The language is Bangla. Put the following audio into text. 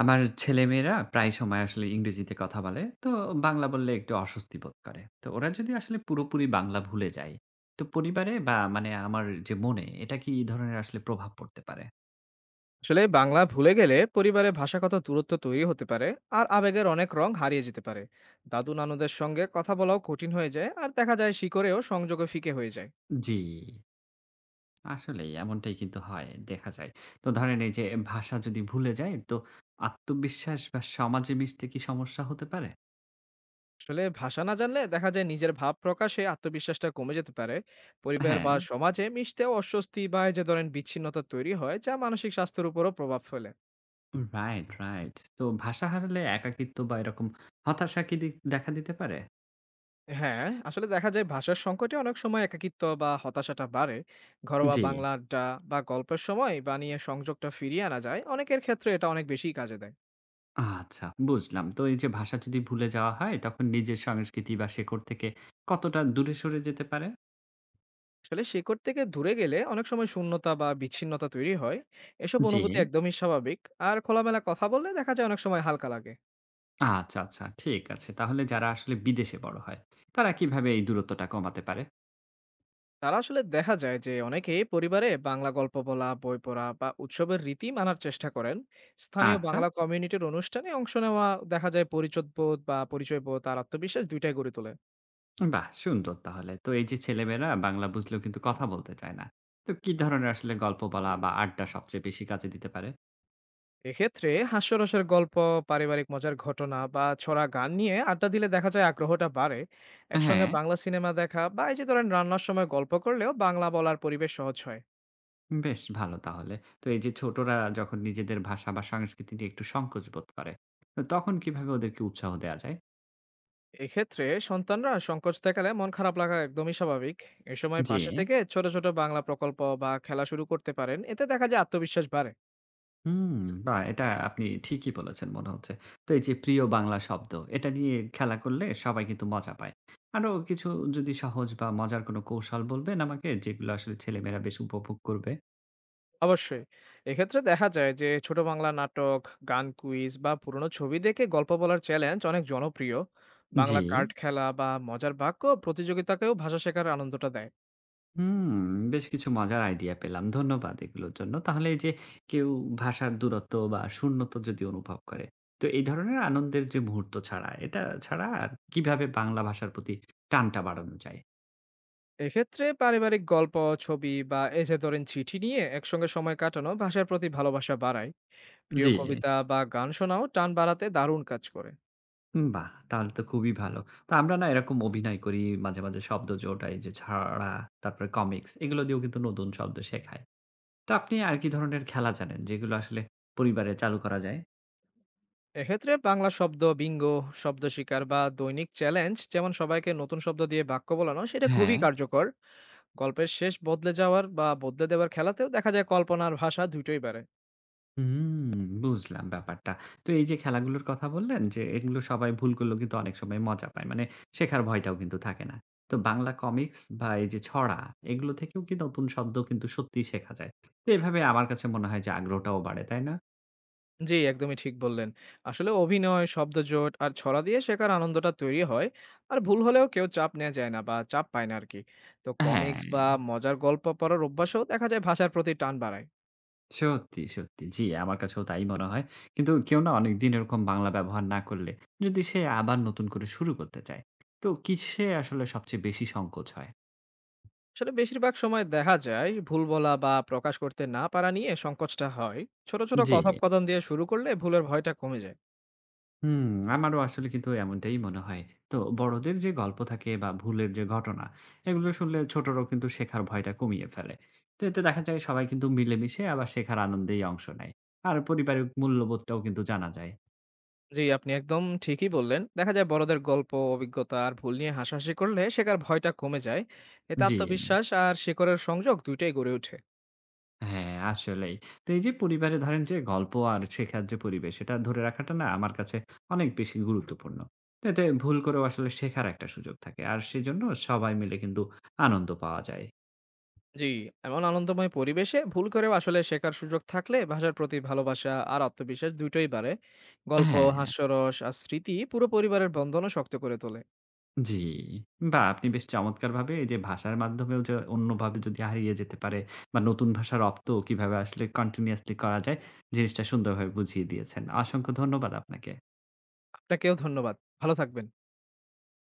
আমার ছেলেমেয়েরা প্রায় সময় আসলে ইংরেজিতে কথা বলে, তো বাংলা বললে একটু অস্বস্তি বোধ করে। তো ওরা যদি আসলে পুরোপুরি বাংলা ভুলে যায়, তো পরিবারে বা মানে আমার যে মনে, এটা কি এই ধরনের আসলে প্রভাব পড়তে পারে? আসলে বাংলা ভুলে গেলে পরিবারে ভাষাগত দূরত্ব তৈরি হতে পারে। আর আবেগের অনেক রং হারিয়ে যেতে পারে। দাদু নানুদের সঙ্গে কথা বলাও কঠিন হয়ে যায়, আর দেখা যায় শিকড়েও সংযোগে ফিকে হয়ে যায়। জি, আসলে এমনটাই কিন্তু হয় দেখা যায়। তো ধরেন এই যে ভাষা যদি ভুলে যায়, তো আত্মবিশ্বাস বা সমাজে মিশতে কি সমস্যা হতে পারে? আসলে ভাষা না জানলে দেখা যায় নিজের ভাব প্রকাশে আত্মবিশ্বাসটা কমে যেতে পারে। পরিবার হ্যাঁ, বা সমাজে মিশতেও অস্বস্তি বা এই যে ধরেন বিচ্ছিন্নতা তৈরি হয়, যা মানসিক স্বাস্থ্যের উপরও প্রভাব ফেলে। Right right. তো ভাষা হারালে একাকিত্ব বা এরকম হতাশা কি দেখা দিতে পারে? হ্যাঁ, আসলে দেখা যায় ভাষার সংকটে অনেক সময় একাকিত্ব বা হতাশাটা বাড়ে। ঘরোয়া জি, বাংলা আড্ডা বা গল্পের সময় বানিয়ে সংযোগটা ফিরিয়ে আনা যায়। অনেকের ক্ষেত্রে এটা অনেক বেশি কাজে দেয়। আচ্ছা, বুঝলাম। তো এই যে ভাষা যদি ভুলে যাওয়া হয়, তখন নিজের সংস্কৃতি বা শেকড় থেকে কতটা দূরে সরে যেতে পারে? আসলে শেকড় থেকে দূরে গেলে অনেক সময় শূন্যতা বা বিচ্ছিন্নতা তৈরি হয়। এসব জি। অনুভূতি একদমই স্বাভাবিক। আর খোলামেলা কথা বললে দেখা যায় অনেক সময় হালকা লাগে। আচ্ছা, আচ্ছা। ঠিক আছে। তাহলে যারা আসলে বিদেশে বড় হয়, তারা কিভাবে এই দূরত্বটা কমাতে পারে? তারা আসলে দেখা যায় যে অনেকেই পরিবারে বাংলা গল্প বলা, বই পড়া বা উৎসবের রীতি মানার চেষ্টা করেন। স্থানীয় আচ্ছা, বাংলা কমিউনিটির অনুষ্ঠানে অংশ নেওয়া দেখা যায় পরিচয় বোধ আর আত্মবিশ্বাস দুইটাই গড়ে তোলে। বাহ! সুন্দর তাহলে। তো এই যে ছেলেমেয়েরা বাংলা বুঝলেও কিন্তু কথা বলতে চায় না। তো কি ধরনের আসলে গল্প বলা বা আড্ডা সবচেয়ে বেশি কাজে দিতে পারে? এক্ষেত্রে হাস্যরসের গল্প, পারিবারিক মজার ঘটনা বা ছড়া গান নিয়ে আড্ডা দিলে দেখা যায় আগ্রহটা বাড়ে। হ্যাঁ, একসঙ্গে বাংলা সিনেমা দেখা বা এই যে ধরেন রান্নার সময় গল্প করলেও বাংলা বলার পরিবেশ সহজ হয়। বেশ ভালো তাহলে। তো এই যে ছোটরা যখন নিজেদের ভাষা বা সংস্কৃতি নিয়ে একটু সংকোচ বোধ করে, তো তখন কিভাবে ওদেরকে উৎসাহ দেয়া যায়? এক্ষেত্রে সন্তানরা সংকোচ দেখালে মন খারাপ লাগা একদমই স্বাভাবিক। এ সময় জি। পাশে থেকে ছোট ছোট বাংলা প্রকল্প বা খেলা শুরু করতে পারেন, এতে দেখা যায় আত্মবিশ্বাস বাড়ে। হুম, বাহ! এটা আপনি ঠিকই বলেছেন মনে হচ্ছে। তো এই যে প্রিয় বাংলা শব্দ, এটা নিয়ে খেলা করলে সবাই কিন্তু মজা পায়। আরো কিছু যদি সহজ বা মজার কোনো কৌশল বলবেন আমাকে, যেগুলো আসলে ছেলেমেয়েরা বেশ উপভোগ করবে? অবশ্যই, এক্ষেত্রে দেখা যায় যে ছোট বাংলা নাটক, গান, কুইজ বা পুরনো ছবি দেখে গল্প বলার চ্যালেঞ্জ অনেক জনপ্রিয়। জি। বাংলা কার্ড খেলা বা মজার বাক্য প্রতিযোগিতাকেও ভাষা শেখার আনন্দটা দেয়। হুম, বেশ কিছু মজার আইডিয়া পেলাম। ধন্যবাদ এগুলোর জন্য। তাহলে এই যে কেউ ভাষার দূরত্ব বা শূন্যতা যদি অনুভব করে, তো এই ধরনের আনন্দের যে মুহূর্ত ছাড়া, এটা ছাড়া আর কিভাবে বাংলা ভাষার প্রতি টানটা বাড়ানো যায়? এক্ষেত্রে পারিবারিক গল্প, ছবি বা এই যে ধরেন চিঠি নিয়ে একসঙ্গে সময় কাটানো ভাষার প্রতি ভালোবাসা বাড়ায়। প্রিয় জি। কবিতা বা গান শোনাও টান বাড়াতে দারুণ কাজ করে। বাহ! তাহলে তো খুবই ভালো। তো আমরা না এরকম অভিনয় করি, মাঝে, মাঝে শব্দ জোটাই যে ছড়া, তারপরে কমিক্স এগুলো দিয়েও কিন্তু নতুন শব্দ শেখায়। তো আপনি আর কি ধরনের খেলা জানেন যেগুলো আসলে পরিবারে চালু করা যায়? এক্ষেত্রে বাংলা শব্দ বিঙ্গ, শব্দ শিকার বা দৈনিক চ্যালেঞ্জ, যেমন সবাইকে নতুন শব্দ দিয়ে বাক্য বলানো, সেটা হ্যাঁ। খুবই কার্যকর। গল্পের শেষ বদলে যাওয়ার বা বদলে দেওয়ার খেলাতেও দেখা যায় কল্পনার ভাষা দুটোই বাড়ে। হুম, বুঝলাম ব্যাপারটা। তো এই যে খেলাগুলোর কথা বললেন যে এগুলো সবাই ভুল করলেও কিন্তু অনেক সময় মজা পায়। মানে শেখার ভয়টাও কিন্তু থাকে না। তো বাংলা কমিক্স বা এই যে ছড়া, এগুলো থেকেও কি নতুন শব্দ কিন্তু সত্যিই শেখা যায়। তো এভাবে আমার কাছে মনে হয় যে আগ্রহটাও বাড়ে, তাই না? জি, একদমই ঠিক বললেন। আসলে অভিনয়, শব্দজোট আর ছড়া দিয়ে শেখার আনন্দটা তৈরি হয়। আর ভুল হলেও কেউ চাপ নেওয়া যায় না বা চাপ পায় না আর কি। তো হ্যাঁ। কমিক্স বা মজার গল্প পড়ার অভ্যাসও দেখা যায় ভাষার প্রতি টান বাড়ায়। সত্যি, সত্যি। জি, আমার কাছেও তাই মনে হয়। কিন্তু কেউ না অনেকদিন এরকম বাংলা ব্যবহার না করলে, যদি সে আবার নতুন করে শুরু করতে চায়, তো কিসে আসলে সবচেয়ে বেশি সংকোচ হয়? আসলে বেশিরভাগ সময় দেখা যায় ভুল বলা বা প্রকাশ করতে না পারা নিয়ে সংকোচটা হয়। ছোট ছোট জি। কথোপকথন দিয়ে শুরু করলে ভুলের ভয়টা কমে যায়। হুম, আমারও আসলে কিন্তু এমনটাই মনে হয়। তো বড়দের যে গল্প থাকে বা ভুলের যে ঘটনা, এগুলো শুনলে ছোটরাও কিন্তু শেখার ভয়টা কমিয়ে ফেলে। তো এতে দেখা যায় সবাই কিন্তু মিলেমিশে আবার শেখার আনন্দেই অংশ নেয়। আর পরিবারের মূল্যবোধটাও কিন্তু জানা যায়। জি, আপনি একদম ঠিকই বললেন। দেখা যায় বড়দের গল্প, অভিজ্ঞতা আর ভুল নিয়ে হাসাহাসি করলে শেখার ভয়টা কমে যায়। এতে জি। আত্মবিশ্বাস আর শেখরের সংযোগ দুইটাই গড়ে ওঠে। হ্যাঁ, আসলেই। তো এই যে পরিবারে ধরেন যে গল্প আর শেখার যে পরিবেশ, সেটা ধরে রাখাটা না আমার কাছে অনেক বেশি গুরুত্বপূর্ণ। এতে ভুল করেও আসলে শেখার একটা সুযোগ থাকে। আর সেজন্য সবাই মিলে কিন্তু আনন্দ পাওয়া যায়। জি, এমন আনন্দময় পরিবেশে ভুল করেও আসলে শেখার সুযোগ থাকলে ভাষার প্রতি ভালোবাসা আর আত্মবিশ্বাস দুটোই বাড়ে। গল্প, হ্যাঁ। হাস্যরস আর স্মৃতি পুরো পরিবারের বন্ধনও শক্ত করে তোলে। জি। বাহ! আপনি বেশ চমৎকারভাবে এই যে ভাষার মাধ্যমেও যে অন্যভাবে যদি হারিয়ে যেতে পারে বা নতুন ভাষা রপ্ত কিভাবে আসলে কন্টিনিউয়াসলি করা যায়, জিনিসটা সুন্দরভাবে বুঝিয়ে দিয়েছেন। অসংখ্য ধন্যবাদ আপনাকে। আপনাকেও ধন্যবাদ। ভালো থাকবেন।